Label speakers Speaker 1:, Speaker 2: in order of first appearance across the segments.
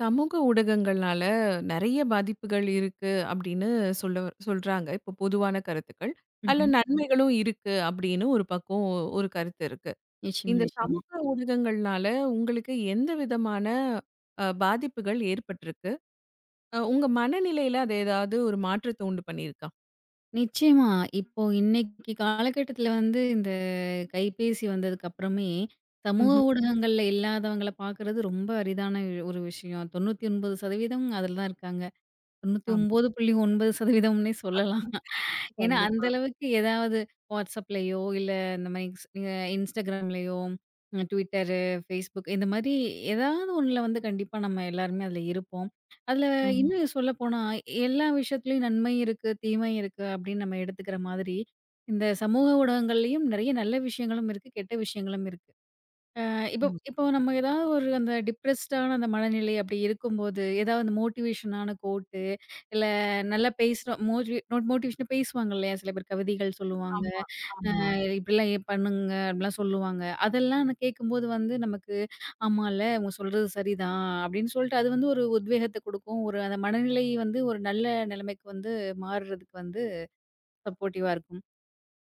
Speaker 1: சமூக ஊடகங்கள்னால நெறைய பாதிப்புகள் இருக்கு அப்படின்னு சொல்ல சொல்றாங்க. இப்போ பொதுவான கருத்துக்கள். அதில
Speaker 2: ம்ஹ்ம்.
Speaker 1: நன்மைகளும் இருக்கு அப்படின்னு ஒரு பக்கம் ஒரு கருத்து இருக்கு.
Speaker 2: நிச்சயமா,
Speaker 1: இந்த
Speaker 2: நிச்சயமா.
Speaker 1: சமூக ஊடகங்கள்னால உங்களுக்கு எந்த விதமான பாதிப்புகள் ஏற்பட்டிருக்கு? உங்க மனநிலையில அது ஏதாவது ஒரு மாற்றத்த உண்டு பண்ணியிருக்கா?
Speaker 2: நிச்சயமா. இப்போ இன்னைக்கு காலகட்டத்தில வந்து இந்த கைபேசி வந்ததுக்கு அப்புறமே, சமூக
Speaker 1: ம்ஹ்ம்.
Speaker 2: ஊடகங்கள்ல இல்லாதவங்கள பார்க்குறது ரொம்ப அரிதான ஒரு விஷயம். 99% அதில தான் இருக்காங்க.
Speaker 1: ஆமா.
Speaker 2: 99.9%ம்னே சொல்லலாம். ஏன்னா, அந்த
Speaker 1: கண்டிப்பா.
Speaker 2: அளவுக்கு ஏதாவது WhatsAppலயோ, இல்ல இந்த மாரி ஸ் அ Instagramலயோ, Twitter, Facebook இந்த மாரி ஏதாவது ஒண்ணுல வந்து கண்டிப்பா நம்ம எல்லாருமே அதுல இருப்போம். அதுல
Speaker 1: ம்ஹ்ம்.
Speaker 2: இன்னும் சொல்லப்போனா, எல்லா விஷயத்துலயும் நன்மை இருக்கு, தீமை இருக்கு அப்படின்னு நம்ம எடுத்துக்கிற மாதிரி, இந்த சமூக ஊடகங்கள்லயும் நெறைய நல்ல விஷயங்களும் இருக்கு, கெட்ட விஷயங்களும் இருக்கு. அ இப்போ
Speaker 1: ம்.
Speaker 2: இப்போ நம்ம ஏதாவது ஒரு அந்த டிப்ரெஸ்டான அந்த மனநிலை அப்படி இருக்கும்போது, ஏதாவது அந்த மோட்டிவேஷனான கோட்டு, இல்ல நல்லா பேசுறோம் மோட்டிவேஷனா பேசுவாங்க இல்லையா? சில பேர் கவிதைகள் சொல்லுவாங்க.
Speaker 1: ஆமா, ஆமா.
Speaker 2: இப்படிலாம் ஏன் பண்ணுங்க அப்படிலாம் சொல்லுவாங்க. அதெல்லாம் நான் கேட்கும்போது வந்து நமக்கு, ஆமால்ல அவங்க சொல்றது சரிதான் அப்படின்னு சொல்லிட்டு அது வந்து ஒரு உத்வேகத்த குடுக்கும். ஒரு அந்த மனநிலை வந்து ஒரு நல்ல நிலைமைக்கு வந்து மாறுறதுக்கு வந்து சப்போர்ட்டிவா இருக்கும்.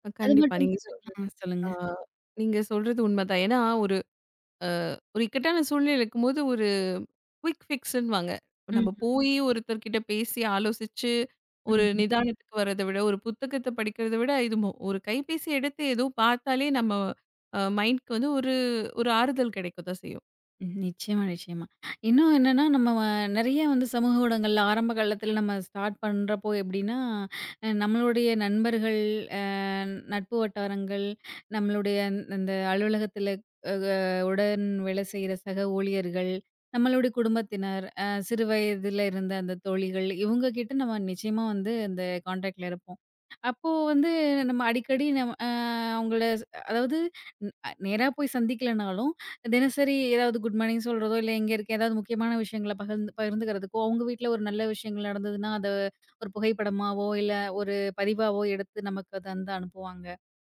Speaker 2: அது
Speaker 1: கண்டிப்பா.
Speaker 2: மட்டும்
Speaker 1: நீங்க சொல்றது.
Speaker 2: சொல்லுங்க.
Speaker 1: ஆ நீங்க சொல்றது உண்மதான். ஏன்னா ஒரு அ ஒரு இக்கட்டான சூழ்நிலை இருக்கும்போது குயிக் ஃபிக்ஸ்ன்னுவாங்க.
Speaker 2: ம்,
Speaker 1: நம்ம போயி ஒருத்தர்கிட்ட பேசி ஆலோசிச்சு, ஒரு
Speaker 2: ம்.
Speaker 1: நிதானத்துக்கு வர்றத விட, ஒரு புத்தகத்த படிக்கிறத விட, இது ஒரு கைபேசி எடுத்து ஏதோ பார்த்தாலே நம்ம மைண்ட்க்கு வந்து ஒரு ஒரு ஆறுதல் கிடைக்க தான் செய்யும்.
Speaker 2: ம். நிச்சயமா, நிச்சயமா. இன்னும் என்னன்னா, நம்ம வ நெறைய வந்து சமூக ஊடகங்கள்ல ஆரம்ப காலத்துல நம்ம ஸ்டார்ட் பண்றப்போ எப்படின்னா, நம்மளுடைய நண்பர்கள், அ நட்பு வட்டாரங்கள், நம்மளுடைய அந்த அலுவலகத்துல அ க உடன் வேலை செய்ற சக ஊழியர்கள், நம்மளுடைய குடும்பத்தினர், சிறு வயதுல இருந்த அந்த தோழிகள், இவங்க கிட்ட நம்ம நிச்சயமா வந்து அந்த கான்டாக்ட்ல இருப்போம். அப்போ வந்து நம்ம அடிக்கடி நம்ம அ அவங்கள அதாவது, நேரா போய் சந்திக்கலனாலும், தினசரி ஏதாவது குட் மார்னிங் சொல்றதோ, இல்ல எங்க இருக்க ஏதாவது முக்கியமான விஷயங்கள பகிர்ந்து பகிர்ந்துக்கிறதுக்கோ, உங்க வீட்ல ஒரு நல்ல விஷயங்கள் நடந்ததுன்னா, அத ஒரு புகைப்படமாவோ, இல்ல ஒரு பதிவாவோ எடுத்து நமக்கு அத வந்து அனுப்புவாங்க.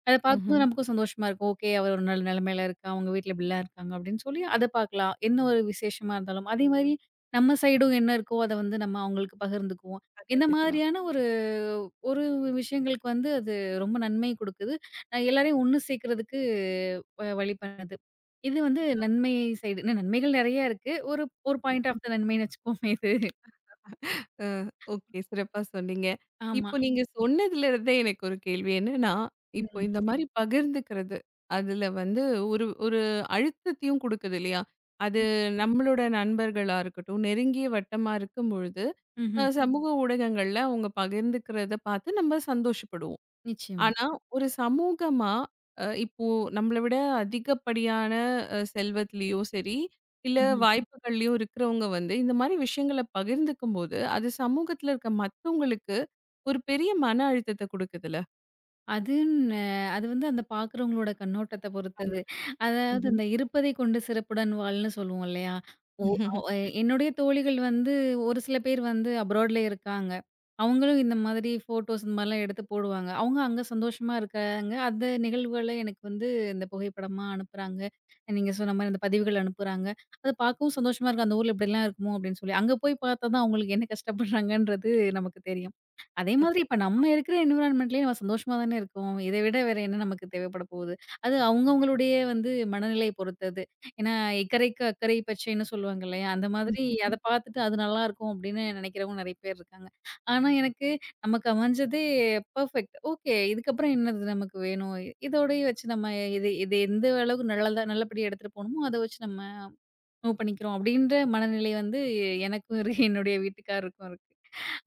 Speaker 2: அத பார்க்கும்போது
Speaker 1: ம்ஹ்ம்.
Speaker 2: நமக்கும் சந்தோஷமா இருக்கும். ஓகே அவர் ஒரு நல்ல நிலைமையில இருக்கா, அவங்க வீட்ல இப்படிலாம் இருக்காங்க அப்படின்னு சொல்லி அத பார்க்கலாம். என்ன ஒரு விசேஷமா இருந்தாலும். அதே மாரி நம்ம சைடும் என்ன இருக்கோ அத வந்து நம்ம அவங்களுக்கு பகிர்ந்துக்குவோம். இந்த
Speaker 1: பகிர்ந்துக்கலாம்.
Speaker 2: மாதிரியான ஒரு ஒரு விஷயங்களுக்கு வந்து அது ரொம்ப நன்மை குடுக்குது. எல்லாரையும் ஒண்ணு சேர்க்கறதுக்கு வழி பண்ணுது. இது வந்து நன்மை சைடு. இன்னும் நன்மைகள் நெறைய இருக்கு. ஒரு ஒரு பாயிண்ட் ஆஃப் த நன்மைன்னு வச்சுக்குவோமே இது.
Speaker 1: அ ஓகே. சிறப்பா சொன்னீங்க.
Speaker 2: ஆமா.
Speaker 1: இப்போ நீங்க சொன்னதுல இருந்தே எனக்கு ஒரு கேள்வி என்னன்னா, இப்போ
Speaker 2: ம்.
Speaker 1: இந்த மாரி பகிர்ந்துக்கிறது, அதுல வந்து ஒரு ஒரு அழுத்தத்தையும் குடுக்குது இல்லையா? அது நம்மளோட நண்பர்களா இருக்கட்டும், நெருங்கிய வட்டமா இருக்கும் பொழுது அ
Speaker 2: ம்ஹ்ம்.
Speaker 1: ம். சமூக ஊடகங்கள்ல அவங்க பகிர்ந்துக்கிறத பார்த்து நம்ம சந்தோஷப்படுவோம்.
Speaker 2: நிச்சயமா.
Speaker 1: ஆனா, ஒரு சமூகமா இப்போ நம்மள விட அதிகப்படியான செல்வத்திலயோ சரி, இல்ல
Speaker 2: ம்ஹ்ம்.
Speaker 1: வாய்ப்புகள்லயோ இருக்கிறவங்க வந்து இந்த மாரி விஷயங்கள பகிர்ந்துக்கும்போது, அது சமூகத்துல இருக்க மத்தவங்களுக்கு ஒரு பெரிய மன அழுத்தத்த குடுக்குதுல்ல.
Speaker 2: அதுன்னு அது வந்து அந்த பார்க்குறவங்களோட கண்ணோட்டத்த பொறுத்தது.
Speaker 1: கண்டிப்பா.
Speaker 2: அதாவது
Speaker 1: ம்ஹ்ம்.
Speaker 2: இந்த இருப்பதை கொண்டு சிறப்புடன் வாழ்ன்னு சொல்லுவோம் இல்லையா? ஓ அவ் எ என்னுடைய தோழிகள் வந்து ஒரு சில பேர் வந்து அப்ராட்ல இருக்காங்க. அவங்களும் இந்த மாதிரி ஃபோட்டோஸ் இந்த மாதிரிலாம் எடுத்து போடுவாங்க. அவங்க அங்க சந்தோஷமா இருக்காங்க. அந்த நிகழ்வுகள எனக்கு வந்து இந்த புகைப்படமா அனுப்புறாங்க. நீங்க சொன்ன மாரி அந்த பதிவுகள் அனுப்புறாங்க. அத பார்க்கவும் சந்தோஷமா இருக்கு. அந்த ஊர்ல இப்படிலாம் இருக்குமோ அப்படின்னு சொல்லி. அங்க போய் பார்த்தா தான் அவங்களுக்கு என்ன கஷ்டப்படுறாங்கன்றது நமக்கு தெரியும். அதே மாதிரி
Speaker 1: ஓகே.
Speaker 2: இப்ப நம்ம இருக்கிற என்விரான்மென்ட்லயே நம்ம சந்தோஷமா தானே இருக்கோம். இதை விட வேற என்ன நமக்கு தேவைப்பட போகுது? அது அவங்கவங்களுடைய வந்து மனநிலையை பொறுத்தது. ஏன்னா, "இக்கரைக்கு அக்கரை பச்சைன்னு" சொல்லுவாங்க இல்லையா? அந்த மாதிரி அத
Speaker 1: ம்.
Speaker 2: பார்த்துட்டு அது நல்லாயிருக்கும் அப்படின்னு நினைக்கிறவங்க நெறைய பேர் இருக்காங்க. ஆனா எனக்கு நமக்கு அமைஞ்சதே பெர்ஃபெக்ட். ஓகே இதுக்கப்புறம் என்னது நமக்கு வேணும்? இதோடயே வச்சு நம்ம இது இது எந்த அளவுக்கு நல்லதா நல்லபடியா எடுத்துட்டு போணுமோ, அத வச்சு நம்ம மூவ் பண்ணிக்கிறோம் அப்படின்ற மனநிலை வந்து எனக்கும் இருக்கு. என்னுடைய வீட்டுக்காரருக்கும் இருக்கு.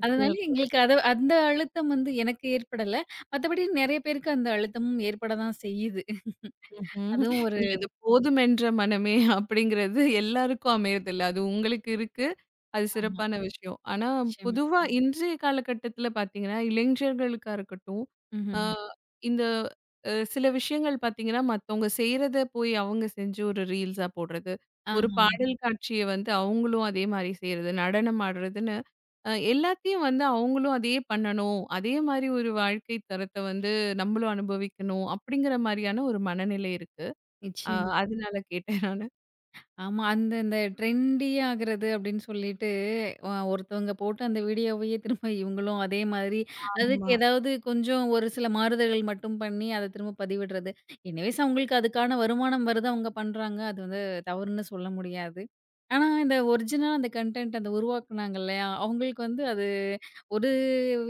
Speaker 2: அதனால
Speaker 1: சிறப்பு.
Speaker 2: எங்களுக்கு அத அந்த அழுத்தம் வந்து எனக்கு ஏற்படல. மத்தபடி நெறைய பேருக்கு அந்த அழுத்தமும் ஏற்பட தான் செய்யுது.
Speaker 1: ம்ஹ்ம்.
Speaker 2: அதுவும் ஒரு
Speaker 1: இல்ல இந்த "போதும் என்ற மனமே" அப்படிங்கிறது எல்லாருக்கும் அமையறதில்ல. அது உங்களுக்கு இருக்கு. அது
Speaker 2: ஆமா.
Speaker 1: சிறப்பான விஷயம். ஆனா
Speaker 2: நிச்சயமா.
Speaker 1: பொதுவா இன்றைய காலகட்டத்தில பார்த்தீங்கன்னா, இளைஞர்களுக்கா இருக்கட்டும், ஆ
Speaker 2: ம்ஹ்ம்.
Speaker 1: இந்த சில விஷயங்கள் பார்த்தீங்கன்னா, மத்தவங்க செய்றத போய் அவங்க செஞ்சு ஒரு ரீல்ஸா போடுறது, ஒரு
Speaker 2: ஆஹா.
Speaker 1: பாடல் காட்சிய வந்து அவங்களும் அதே மாரி செய்றது, நடனம் ஆடுறதுன்னு எல்லாத்தையும் வந்து அவங்களும் அதையே பண்ணணும். அதே மாரி ஒரு வாழ்க்கை தரத்த வந்து நம்மளும் அனுபவிக்கணும். அப்படிங்கிற மாரியான ஒரு மனநிலை இருக்கு. அ
Speaker 2: நிச்சயமா.
Speaker 1: அதனால கேட்டேன் நானு.
Speaker 2: ஆமா. அந்த இந்த ட்ரெண்டி ஆகுறது அப்படின்னு சொல்லிட்டு, ஒருத்தவங்க போட்டு அந்த வீடியோவையே திரும்ப இவங்களும் அதே மாதிரி, அதுக்கு
Speaker 1: ஆமா.
Speaker 2: ஏதாவது கொஞ்சம் ஒரு சில மாறுதல்கள் மட்டும் பண்ணி, அத திரும்ப பதிவிடுறது. எனிவேஸ் அவங்களுக்கு அதுக்கான வருமானம் வருது, அவங்க பண்றாங்க. அது வந்து தவறுன்னு சொல்ல முடியாது. ஆனா, இந்த ஒரிஜினலா அந்த கன்டென்ட் அந்த உருவாக்குனாங்க இல்லையா? அவங்களுக்கு வந்து அது ஒரு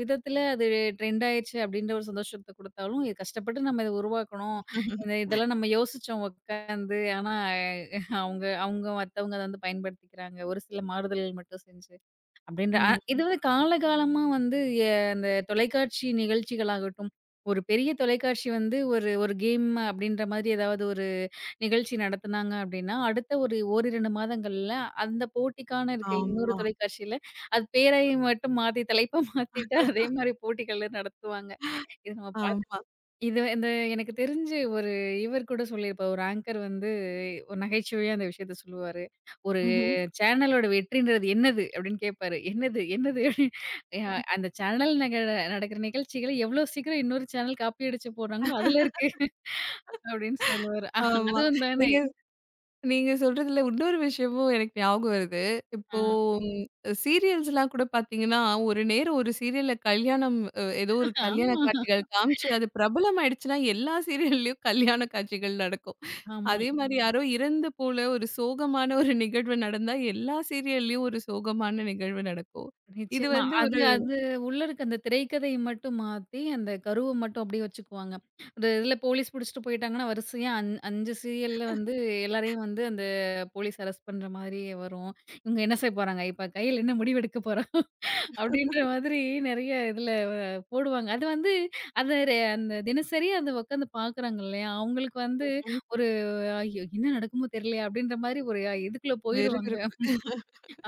Speaker 2: விதத்தில அது ட்ரெண்ட் ஆயிருச்சு அப்படின்ற ஒரு சந்தோஷத்த குடுத்தாலும், கஷ்டப்பட்டு நம்ம இத உருவாக்கணும். இந்த இதெல்லாம் நம்ம யோசிச்சோம் உட்காந்து. ஆனா அவங்க அவங்க மத்தவங்க அத வந்து பயன்படுத்திக்கிறாங்க. ஒரு சில மாறுதல்கள் மட்டும் செஞ்சு. அப்படின்ற
Speaker 1: ம்.
Speaker 2: இது வந்து காலகாலமா வந்து அந்த தொலைக்காட்சி நிகழ்ச்சிகளாகட்டும், ஒரு பெரிய தொலைக்காட்சி வந்து ஒரு ஒரு கேம் அப்படின்ற மாதிரி ஏதாவது ஒரு நிகழ்ச்சி நடத்துனாங்க அப்படின்னா, அடுத்த ஒரு ஓரிரண்டு மாதங்கள்ல அந்த போட்டிக்கான இருக்க இன்னொரு
Speaker 1: ஆமா.
Speaker 2: தொலைக்காட்சியில அது பேரை மட்டும் மாத்தி தலைப்ப மாத்திட்டு அதே மாரி போட்டிகள் நடத்துவாங்க. இது நம்ம பா
Speaker 1: ஆமா.
Speaker 2: இது இந்த எனக்கு தெரிஞ்சு ஒரு இவர் கூட சொல்லியிருப்பார். ஒரு ஆங்கர் வந்து ஒரு நகைச்சுவையா அந்த விஷயத்த சொல்லுவாரு. "ஒரு
Speaker 1: ம்ஹ்ம்.
Speaker 2: ம். சேனலோட வெற்றின்றது என்னது?" அப்படின்னு கேட்பாரு. "என்னது? என்னது?" அந்த சேனல் நடக்கிற நிகழ்ச்சிகள எவ்வளோ சீக்கிரம் இன்னொரு சேனல் காப்பி அடிச்சு போடுறாங்களோ, அதுல இருக்கு அப்படின்னு சொல்லுவாரு.
Speaker 1: ஆமா.
Speaker 2: அதுவும் தானே.
Speaker 1: நீங்க நீங்க சொல்றதுல இன்னொரு விஷயமும் எனக்கு ஞாபகம் வருது.
Speaker 2: ஆ
Speaker 1: இப்போ சீரியல்ஸ்லாம் கூட பார்த்தீங்கன்னா, ஒரு நேரம் ஒரு சீரியல்ல கல்யாணம் ஏதோ ஒரு கல்யாண
Speaker 2: ஆமா,
Speaker 1: காட்சிகள் காமிச்சு அது பிரபலமாயிடுச்சுன்னா, எல்லா சீரியல்லயும் கல்யாண காட்சிகள் நடக்கும்.
Speaker 2: ஆமா.
Speaker 1: அதே மாரி யாரோ இறந்து போல ஒரு சோகமான ஒரு நிகழ்வு நடந்தா, எல்லா சீரியல்லயும் ஒரு சோகமான நிகழ்வு நடக்கும். இது
Speaker 2: நிச்சயமா.
Speaker 1: வந்து
Speaker 2: அது
Speaker 1: ஒரு
Speaker 2: அது உள்ள இருக்க அந்த திரைக்கதைய மட்டும் மாத்தி, அந்த கருவ மட்டும் அப்படியே வச்சுக்குவாங்க. ஒரு இதுல போலீஸ் புடிச்சுட்டு போயிட்டாங்கன்னா, வரிசையா 5 சீரியல்ல வந்து எல்லாரையும் வந்து அந்த போலீஸ் அரெஸ்ட் பண்ற மாதிரி வரும். இவங்க என்ன செய்ய போறாங்க? இப்ப கையில என்ன முடிவு எடுக்க போறா? அப்படின்ற மாதிரி நெறைய இதுல போடுவாங்க. அது வந்து அத ரெ அந்த தினசரி அத உக்காந்து பார்க்குறாங்க இல்லையா? அவங்களுக்கு வந்து
Speaker 1: ம்ஹ்ம்.
Speaker 2: ஒரு "ஐயோ! என்ன நடக்குமோ தெரியலையே!" அப்படின்ற மாரி ஒரு இதுக்குள்ள போயிருவாங்க.
Speaker 1: விறுவிறுப்பு.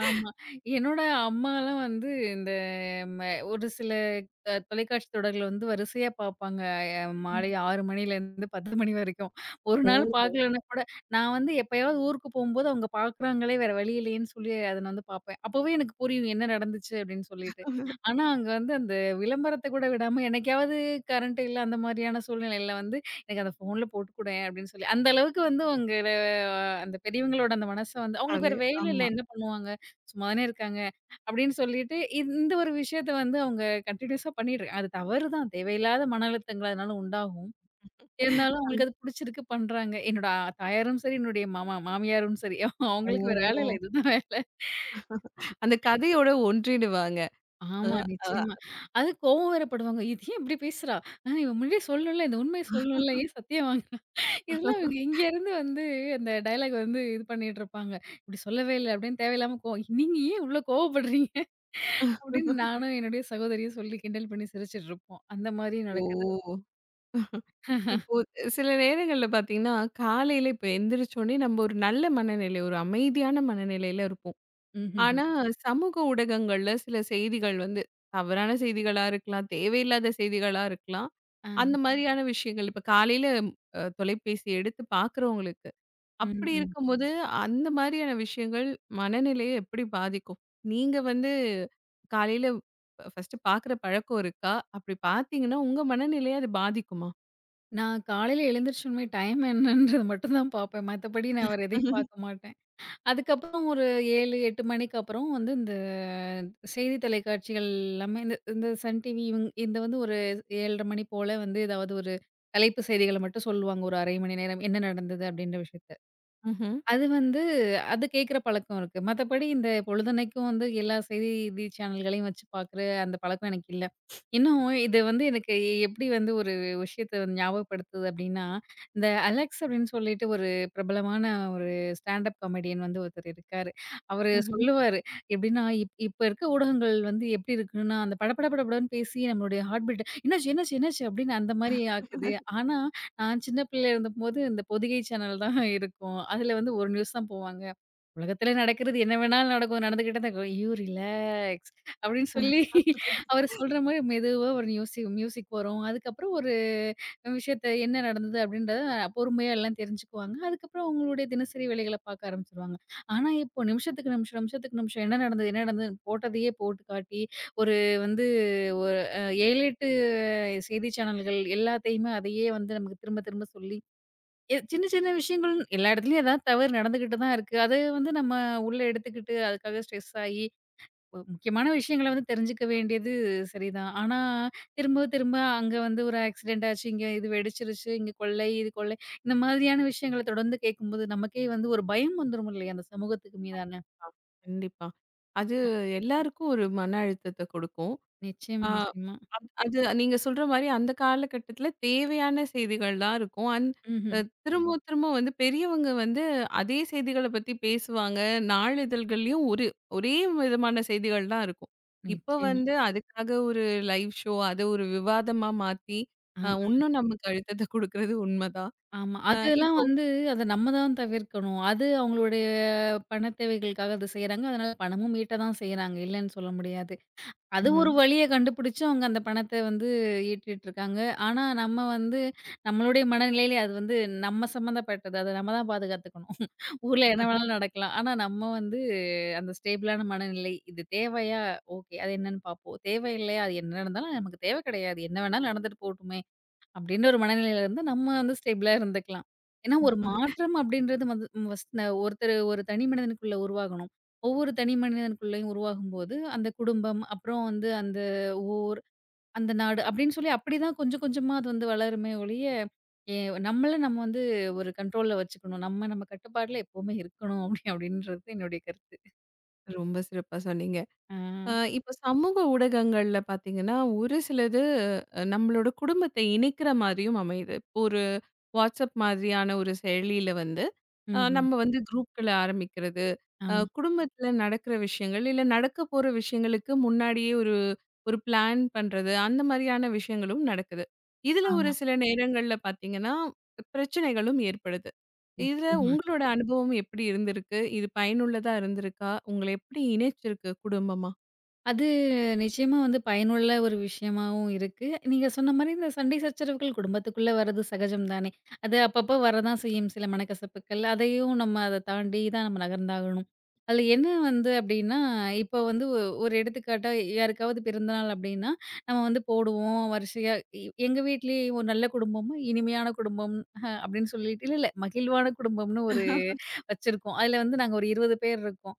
Speaker 2: ஆமா. என்னோட அம்மாலாம் வந்து இந்த ம ஒரு சில தொலைக்காட்சி தொடர்கள வந்து வரிசையா பார்ப்பாங்க. அ
Speaker 1: ம்.
Speaker 2: மாலை 6 மணிலேருந்து 10 மணி வரைக்கும். ஒரு
Speaker 1: ஓ!
Speaker 2: நாள் பார்க்கலன்னா கூட நான் வந்து எப்பயாவது ஊருக்கு போம்போது அவங்க பார்க்குறாங்களே வேற வழி இல்லையேன்னு சொல்லி அத நான் வந்து பார்ப்பேன். அப்பவே எனக்கு புரியும் என்ன நடந்துச்சு அப்படின்னு சொல்லிட்டு. ஆனா அங்க வந்து அந்த விளம்பரத்த கூட விடாம என்னைக்காவது கரண்ட் இல்ல அந்த மாரியான சூழ்நிலையில வந்து எனக்கு அந்த ஃபோன்ல போட்டுக்குடேன் அப்படின்னு சொல்லி அந்த அளவுக்கு வந்து உங்க அந்த பெரியவங்களோட அந்த மனச வந்து அவங்களுக்கு
Speaker 1: அது
Speaker 2: வேற வேலை இல்ல
Speaker 1: ஆமா.
Speaker 2: என்ன பண்ணுவாங்க? சும்மாதானே இருக்காங்க. அப்படின்னு சொல்லிட்டு இந்த இந்த ஒரு விஷயத்த வந்து அவங்க கன்டினியூஸா பண்ணிட்டு இருக்காங்க. அது தவறு தான். தேவையில்லாத மன அழுத்தங்கள் அதனால உண்டாகும். இருந்தாலும்
Speaker 1: அந்
Speaker 2: அவங்களுக்கு அது புடிச்சிருக்கு பண்றாங்க. என்னோட தாயாரும் சரி, என்னுடைய மாமா மாமியாரும் சரி அவங்களுக்கு வேற வேலை இல்ல.
Speaker 1: ஓ!
Speaker 2: இதுதான் வேலை.
Speaker 1: அந்த கதையோட ஒன்றிடுவாங்க. அ,
Speaker 2: ஆமா,
Speaker 1: அ.
Speaker 2: நிச்சயமா. அது கோவம் வேற படுவாங்க. "இது ஏன் இப்படி பேசுறா? அ இவ முன்னாடியே சொல்லணும்ல, இந்த உண்மைய சொல்லணும்ல, ஏன் சத்தியம் வாங்குன?" இதெல்லாம் இவங்க இங்க இருந்து வந்து அந்த டயலாக் வந்து இது பண்ணிட்டு இருப்பாங்க. "இப்படி சொல்லவே இல்ல" அப்படின்னு தேவையில்லாம கோவம். நீங்க ஏன் இவ்ளோ கோவப்படுறீங்க? அப்படின்னு நானும் என்னுடைய சகோதரியும் சொல்லி கிண்டல் பண்ணி சிரிச்சுட்ருப்போம். அந்த மாரி நடக்குது.
Speaker 1: ஓ! இப்போ சில நேரங்கள்ல பார்த்தீங்கன்னா, காலையில இப்ப எந்திரிச்ச உடனே நம்ம ஒரு நல்ல மனநிலை, ஒரு அமைதியான மனநிலையில இருப்போம்.
Speaker 2: ம்ஹ்ஹ்ம்.
Speaker 1: ஆனா, சமூக ஊடகங்கள்ல சில செய்திகள் வந்து தவறான செய்திகளா இருக்கலாம், தேவையில்லாத செய்திகளா இருக்கலாம்.
Speaker 2: ஆ.
Speaker 1: அந்த மாதிரியான விஷயங்கள் இப்ப காலையில தொலைபேசி எடுத்து பார்க்குறவங்களுக்கு
Speaker 2: ம்,
Speaker 1: அப்படி
Speaker 2: ம்.
Speaker 1: இருக்கும்போது, அந்த மாதிரியான விஷயங்கள் மனநிலையை எப்படி பாதிக்கும்? நீங்க வந்து காலையில ஃபர்ஸ்ட்டு பார்க்குற பழக்கம் இருக்கா? அப்படி பார்த்தீங்கன்னா, உங்க மனநிலைய அது பாதிக்குமா?
Speaker 2: நான் காலையில எழுந்திரிச்சோனே டைம் என்னன்றது மட்டும் தான் பார்ப்பேன். மத்தபடி நான் வேற எதையும் பார்க்க மாட்டேன். அதுக்கப்புறம் ஒரு 7, 8 மணிக்கு அப்புறம் வந்து இந்த செய்தி தொலைக்காட்சிகள் எல்லாமே இந்த இந்த சன் டிவி இவங் இந்த வந்து ஒரு 7:30 மணி போல வந்து ஏதாவது ஒரு தலைப்பு செய்திகள மட்டும் சொல்லுவாங்க. ஒரு 1/2 மணி நேரம் என்ன நடந்தது அப்படின்ற விஷயத்த.
Speaker 1: ம்ஹ்ம்.
Speaker 2: அது வந்து அது கேட்குற பழக்கம் இருக்கு. மத்தபடி இந்த பொழுதன்னைக்கும் வந்து எல்லா செய்தி சேனல்களையும் வச்சு பார்க்குற அந்த பழக்கம் எனக்கு இல்ல. இன்னும் இது வந்து எனக்கு எப்படி வந்து ஒரு விஷயத்த வந்து ஞாபகப்படுத்துது அப்படின்னா, இந்த அலெக்ஸ் அப்படின்னு சொல்லிட்டு ஒரு பிரபலமான ஒரு ஸ்டாண்டப் காமெடியன் வந்து ஒருத்தர் இருக்காரு. அவரு
Speaker 1: ம்ஹ்ம்.
Speaker 2: சொல்லுவாரு எப்படின்னா, இப்ப இருக்க ஊடகங்கள் வந்து எப்படி இருக்குன்னா, அந்த படபட படபடன்னு பேசி நம்மளுடைய ஹார்ட் பீட் என்னாச்சு என்னாச்சு என்னாச்சு அப்படின்னு அந்த மாரி ஆக்குது. ஆனா நான் சின்ன பிள்ளையா இருந்தபோது இந்த பொதிகை சேனல் தான் இருக்கும். அதுல வந்து 1 நியூஸ் தான் போவாங்க. உலகத்திலே நடக்கிறது என்ன வேணாலும் நடக்கும். நடந்துக்கிட்டு தான் இருக்கும். "யூ ரிலாக்ஸ்" அப்படின்னு சொல்லி அவரு சொல்ற மாரி மெதுவா ஒரு நியூசி மியூசிக் வரும். அதுக்கப்புறம் ஒரு விஷயத்த என்ன நடந்தது அப்படின்றத பொறுமையா எல்லாம் தெரிஞ்சுக்குவாங்க. அதுக்கப்புறம் அவங்களுடைய தினசரி வேலைகள பார்க்க ஆரம்பிச்சுருவாங்க. ஆனா, இப்போ நிமிஷத்துக்கு நிமிஷம், நிமிஷத்துக்கு நிமிஷம் என்ன நடந்தது, என்ன நடந்ததுன்னு போட்டதையே போட்டு காட்டி, ஒரு வந்து ஒரு 7, 8 செய்தி சேனல்கள் எல்லாத்தையுமே அதையே வந்து நமக்கு திரும்ப திரும்ப சொல்லி சின்ன சின்ன விஷயங்கள் எல்லா இடத்துலயும் ஏதாவது தவறு நடந்துகிட்டு தான் இருக்கு. அது வந்து நம்ம உள்ள எடுத்துக்கிட்டு, அதுக்காக ஸ்ட்ரெஸ் ஆயி, முக்கியமான விஷயங்கள வந்து தெரிஞ்சுக்க வேண்டியது சரிதான். ஆனா, திரும்ப திரும்ப அங்க வந்து ஒரு ஆக்சிடென்ட் ஆச்சு, இங்க இது வெடிச்சிருச்சு, இங்க கொள்ளை, இது கொள்ளை, இந்த மாதிரியான விஷயங்கள தொடர்ந்து கேட்கும்போது, நமக்கே வந்து ஒரு பயம் வந்துரும் இல்லையா? அந்த சமூகத்துக்கு மீதான.
Speaker 1: கண்டிப்பா. கண்டிப்பா. அது எல்லாருக்கும் ஒரு மன அழுத்தத்த கொடுக்கும்.
Speaker 2: நிச்சயமா,
Speaker 1: ஆ.
Speaker 2: நிச்சயமா.
Speaker 1: அது நீங்க சொல்ற மாரி அந்த காலகட்டத்தில தேவையான செய்திகள் தான் இருக்கும். அந் அ
Speaker 2: ம்ஹ்ம்.
Speaker 1: திரும்ப திரும்ப வந்து பெரியவங்க வந்து அதே செய்திகள பத்தி பேசுவாங்க. நாளிதழ்கள்லயும் ஒரே விதமான செய்திகள் தான் இருக்கும். இப்ப
Speaker 2: நிச்சயமா.
Speaker 1: வந்து அதுக்காக ஒரு லைவ் ஷோ அத ஒரு விவாதமா மாத்தி,
Speaker 2: ஆ.
Speaker 1: உன்னும் நமக்கு அழுத்தத்த குடுக்குறது உண்மதான்.
Speaker 2: ஆமா.
Speaker 1: அ
Speaker 2: அதெல்லாம்
Speaker 1: இப்போ
Speaker 2: வந்து அத நம்ம தான் தவிர்க்கணும். அது அவங்களுடைய பண தேவைகளுக்காக அத செய்றாங்க. அதனால பணமும் ஈட்ட தான் செய்றாங்க. இல்லன்னு சொல்ல முடியாது. அது ஒரு
Speaker 1: ம்ஹ்ம்.
Speaker 2: வழிய கண்டுபிடிச்சு அவங்க அந்த பணத்த வந்து ஈட்டிட்டுருக்காங்க. ஆனா நம்ம வந்து நம்மளுடைய மனநிலையிலே அது வந்து நம்ம சம்மந்தப்பட்டது. அத நம்ம தான் பாதுகாத்துக்கணும். ஊர்ல என்ன வேணாலும் நடக்கலாம். ஆனா நம்ம வந்து அந்த ஸ்டேபிளான மனநிலை. இது தேவையா? ஓகே. அது என்னன்னு பார்ப்போம். தேவையில்லையா? அது என்ன நடந்தாலும் நமக்கு தேவை கிடையாது. என்ன வேணாலும் நடந்துட்டு போட்டுமே! அப்படின்னு ஒரு மனநிலையில இருந்து நம்ம வந்து ஸ்டேபிளா இருந்துக்கலாம். ஏன்னா ஒரு மாற்றம் அப்படின்றது வந்து ஃபர்ஸ்ட் ஒருத்தர் ஒரு தனி மனிதனுக்குள்ள உருவாகணும். ஒவ்வொரு தனி மனிதனுக்குள்ளயும் உருவாகும்போது, அந்த குடும்பம், அப்புறம் வந்து அந்த ஊர், அந்த நாடு அப்படின்னு சொல்லி அப்படிதான் கொஞ்சம் கொஞ்சமா அது வந்து வளருமே ஒழிய, எ நம்மள நம்ம வந்து ஒரு கண்ட்ரோல்ல வச்சுக்கணும். நம்ம நம்ம கட்டுப்பாட்டுல எப்பவுமே இருக்கணும் அப்படின்றது என்னுடைய கருத்து.
Speaker 1: ரொம்ப சிறப்பா சொன்னீங்க.
Speaker 2: ஆ.
Speaker 1: இப்ப சமூக ஊடகங்கள்ல பார்த்தீங்கன்னா, ஒரு சிலது நம்மளோட குடும்பத்தை இணைக்கிற மாரியும் அமையுது. இப்போ ஒரு வாட்ஸ்அப் மாதிரியான ஒரு செயலியில வந்து,
Speaker 2: ம்ஹ்ம்.
Speaker 1: நம்ம வந்து குரூப்கள ஆரம்பிக்கிறது.
Speaker 2: ஆமா,
Speaker 1: குடும்பத்தில நடக்கிற விஷயங்கள், இல்ல நடக்கப்போற விஷயங்களுக்கு முன்னாடியே ஒரு ஒரு பிளான் பண்றது, அந்த மாரியான விஷயங்களும் நடக்குது. இதுல ஒரு
Speaker 2: ஆமா.
Speaker 1: சில நேரங்கள்ல பார்த்தீங்கன்னா, பிரச்சனைகளும் ஏற்படுது. இதுல
Speaker 2: நிச்சயமா.
Speaker 1: உங்களோட அனுபவம் எப்படி இருந்திருக்கு? இது பயனுள்ளதா இருந்திருக்கா? உங்கள எப்படி இணைச்சிருக்கு குடும்பமா?
Speaker 2: அது நிச்சயமா வந்து பயனுள்ள ஒரு விஷயமாவும் இருக்கு. நீங்க சொன்ன மாரி இந்த சண்டை சச்சரவுகள் குடும்பத்துக்குள்ள வர்றது சகஜம் தானே! அது அப்பப்போ வரதான் செய்யும் சில மனக்கசப்புக்கள். அதையும் நம்ம அத தாண்டி தான் நம்ம நகர்ந்தாகணும். அதில என்ன வந்து அப்டின்னா, இப்போ வந்து ஒரு எடுத்துக்காட்டா யாருக்காவது பிறந்தநாள் அப்டின்னா, நம்ம வந்து போடுவோம் வரிசையா எங்க வீட்லயே ஒரு நல்ல குடும்பமா, இனிமையான குடும்பம் அப்டின்னு சொல்லிட்டு இல்ல, இல்ல மகிழ்வான குடும்பம்னு ஒரு வச்சிருக்கோம். அதில வந்து நாங்க ஒரு 20 பேர் இருக்கோம்.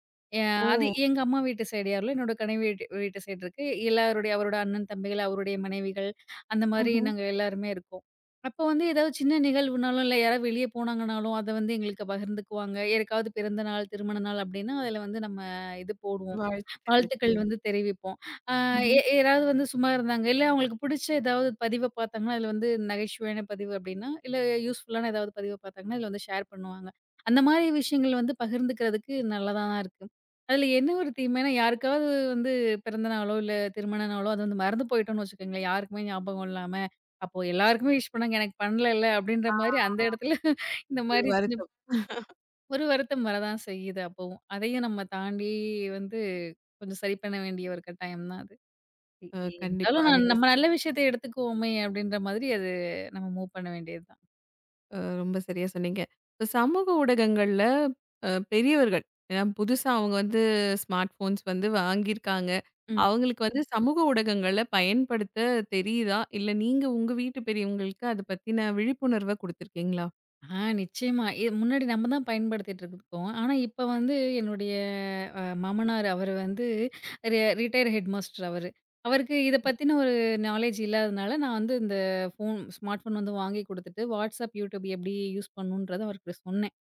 Speaker 1: ஓ!
Speaker 2: அது எங்க அம்மா வீட்டு சைடு யாரும் இல்ல. என்னோட கணவர் வீட்டு வீட்டு சைடு இருக்கு. எல்லாருடைய அவரோட அண்ணன், தம்பிகள், அவருடைய மனைவிகள் அந்த மாரி
Speaker 1: ம்ஹ்ம்.
Speaker 2: நாங்க எல்லாருமே இருக்கோம். அப்போ வந்து ஏதாவது சின்ன நிகழ்வுனாலும், இல்ல யாராவது வெளிய போனாங்கனாலும், அத வந்து எங்களுக்கு பகிர்ந்துக்குவாங்க. யாருக்காவது பிறந்த நாள், திருமண நாள் அப்டின்னா, அதுல வந்து நம்ம இது போடுவோம்.
Speaker 1: வாழ்த்து
Speaker 2: வாழ்த்துக்கள்
Speaker 1: தெரிவிச்சுருவீங்க.
Speaker 2: வந்து தெரிவிப்போம். அ எ
Speaker 1: ம்ஹ்ம்.
Speaker 2: யாராவது வந்து சும்மா இருந்தாங்க, இல்ல அவங்களுக்கு புடிச்ச ஏதாவது பதிவ பார்த்தாங்கன்னா, அதுல வந்து நகைச்சுவையான பதிவு அப்படின்னா, இல்ல யூஸ்ஃபுல்லான ஏதாவது பதிவ பார்த்தாங்கன்னா, இதுல வந்து ஷேர் பண்ணுவாங்க. அந்த மாரி விஷயங்கள் வந்து பகிர்ந்துக்கிறதுக்கு நல்லதாதான் இருக்கு. அதுல என்ன ஒரு தீமைன்னா, யாருக்காவது வந்து பிறந்த நாளோ, இல்ல திருமண நாளோ அது வந்து மறந்து போயிட்டோம்னு வச்சுக்கோங்களேன், யாருக்குமே ஞாபகம் இல்லாம. அப்போ எல்லாருக்குமே விஷ் பண்ணாங்க எனக்கு பண்ணலல்ல அப்படின்ற
Speaker 1: ஆ
Speaker 2: மாரி அந்த இடத்துல இந்த
Speaker 1: ஒரு
Speaker 2: மாரி
Speaker 1: வருத்தம்.
Speaker 2: ஒரு வருத்தம் வரதான் செய்யுது அப்பவும். அதையும் நம்ம தாண்டி வந்து கொஞ்சம் சரி பண்ண வேண்டிய ஒரு கட்டாயம் தான் அது. இ இ
Speaker 1: கண்டிப்பா.
Speaker 2: இருந்தாலும்
Speaker 1: நீங்க ஸ்
Speaker 2: நம்ம நல்ல விஷயத்த எடுத்துக்குவோமே அப்டின்ற மாதிரி அது நம்ம மூவ் பண்ண வேண்டியது தான்.
Speaker 1: அ ரொம்ப சரியா சொன்னீங்க. இப்ப சமூக ஊடகங்கள்ல பெரியவர்கள், ஏன்னா புதுசா அவங்க வந்து ஸ்மார்ட் ஃபோன்ஸ் வந்து வாங்கியிருக்காங்க.
Speaker 2: ம்.
Speaker 1: அவங்களுக்கு வந்து சமூக ஊடகங்கள பயன்படுத்த தெரியுதா? இல்ல நீங்க உங்க வீட்டு பெரியவங்களுக்கு அத பத்தின விழிப்புணர்வ குடுத்துருக்கீங்களா?
Speaker 2: ஆ நிச்சயமா. முன்னாடி நம்ம தான் பயன்படுத்திட்டு இருக்கோம். ஆனா இப்ப வந்து என்னுடைய மாமனார் அவரு வந்து ரிட்டயர்ட் ஹெட் மாஸ்டர் அவரு. அவருக்கு இத பத்தின ஒரு நாலேட்ஜ் இல்லாதனால நான் வந்து இந்த ஸ்மார்ட் ஃபோன் வந்து வாங்கி குடுத்துட்டு, WhatsApp, YouTube எப்டி யூஸ் பண்ணணுன்றத அவருக்கு சொன்னேன்.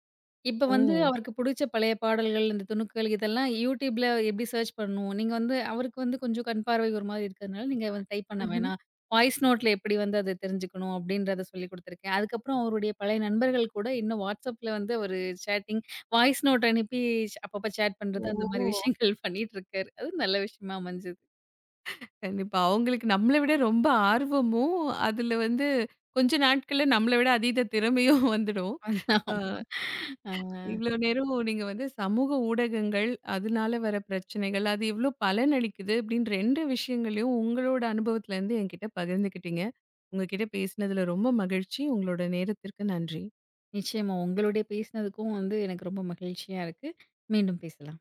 Speaker 2: இப்ப
Speaker 1: ஓ!
Speaker 2: வந்து அவருக்கு புடிச்ச பழைய பாடல்கள், இந்த துணுக்குகள் இதெல்லாம் YouTubeல எப்படி சர்ச் பண்ணுவோம்? நீங்க வந்து அவருக்கு வந்து கொஞ்சம் கண் பார்வை ஒரு மாதிரி இருக்கிறதுனால, நீங்க வந்து டைப் பண்ண
Speaker 1: ம்ஹ்ம்.
Speaker 2: வேணாம். வாய்ஸ் நோட்ல எப்படி வந்து அத தெரிஞ்சுக்கணும் அப்படின்றத சொல்லிக் குடுத்துருக்கேன். அதுக்கப்புறம் அவருடைய பழைய நண்பர்கள் கூட இன்னும் WhatsAppல வந்து ஒரு சேட்டிங், வாய்ஸ் நோட் அனுப்பி அப்பப்ப சேட் பண்றது அந்த மாதிரி
Speaker 1: ஓ!
Speaker 2: விஷயங்கள் பண்ணிட்டு இருக்காரு. அது நல்ல விஷயமா அமைஞ்சது.
Speaker 1: கண்டிப்பா. அவங்களுக்கு நம்மள விட ரொம்ப ஆர்வமும், அதுல வந்து கொஞ்ச நாட்கள்ல நம்மள விட அதீத திறமையும் வந்துடும். அ
Speaker 2: அ
Speaker 1: இவ்வளோ நேரம் நீங்க வந்து சமூக ஊடகங்கள், அதனால வர பிரச்சனைகள், அது எவ்வளோ பலனளிக்குது அப்படின்னு 2 விஷயங்களையும் உங்களோட அனுபவத்திலேருந்து என்கிட்ட பகிர்ந்துக்கிட்டீங்க. உங்க கிட்ட பேசினதுல ரொம்ப மகிழ்ச்சி. உங்களோட நேரத்திற்கு நன்றி.
Speaker 2: நிச்சயமா உங்களுடைய பேசினதுக்கும் வந்து எனக்கு ரொம்ப மகிழ்ச்சியா இருக்கு. மீண்டும் பேசலாம்.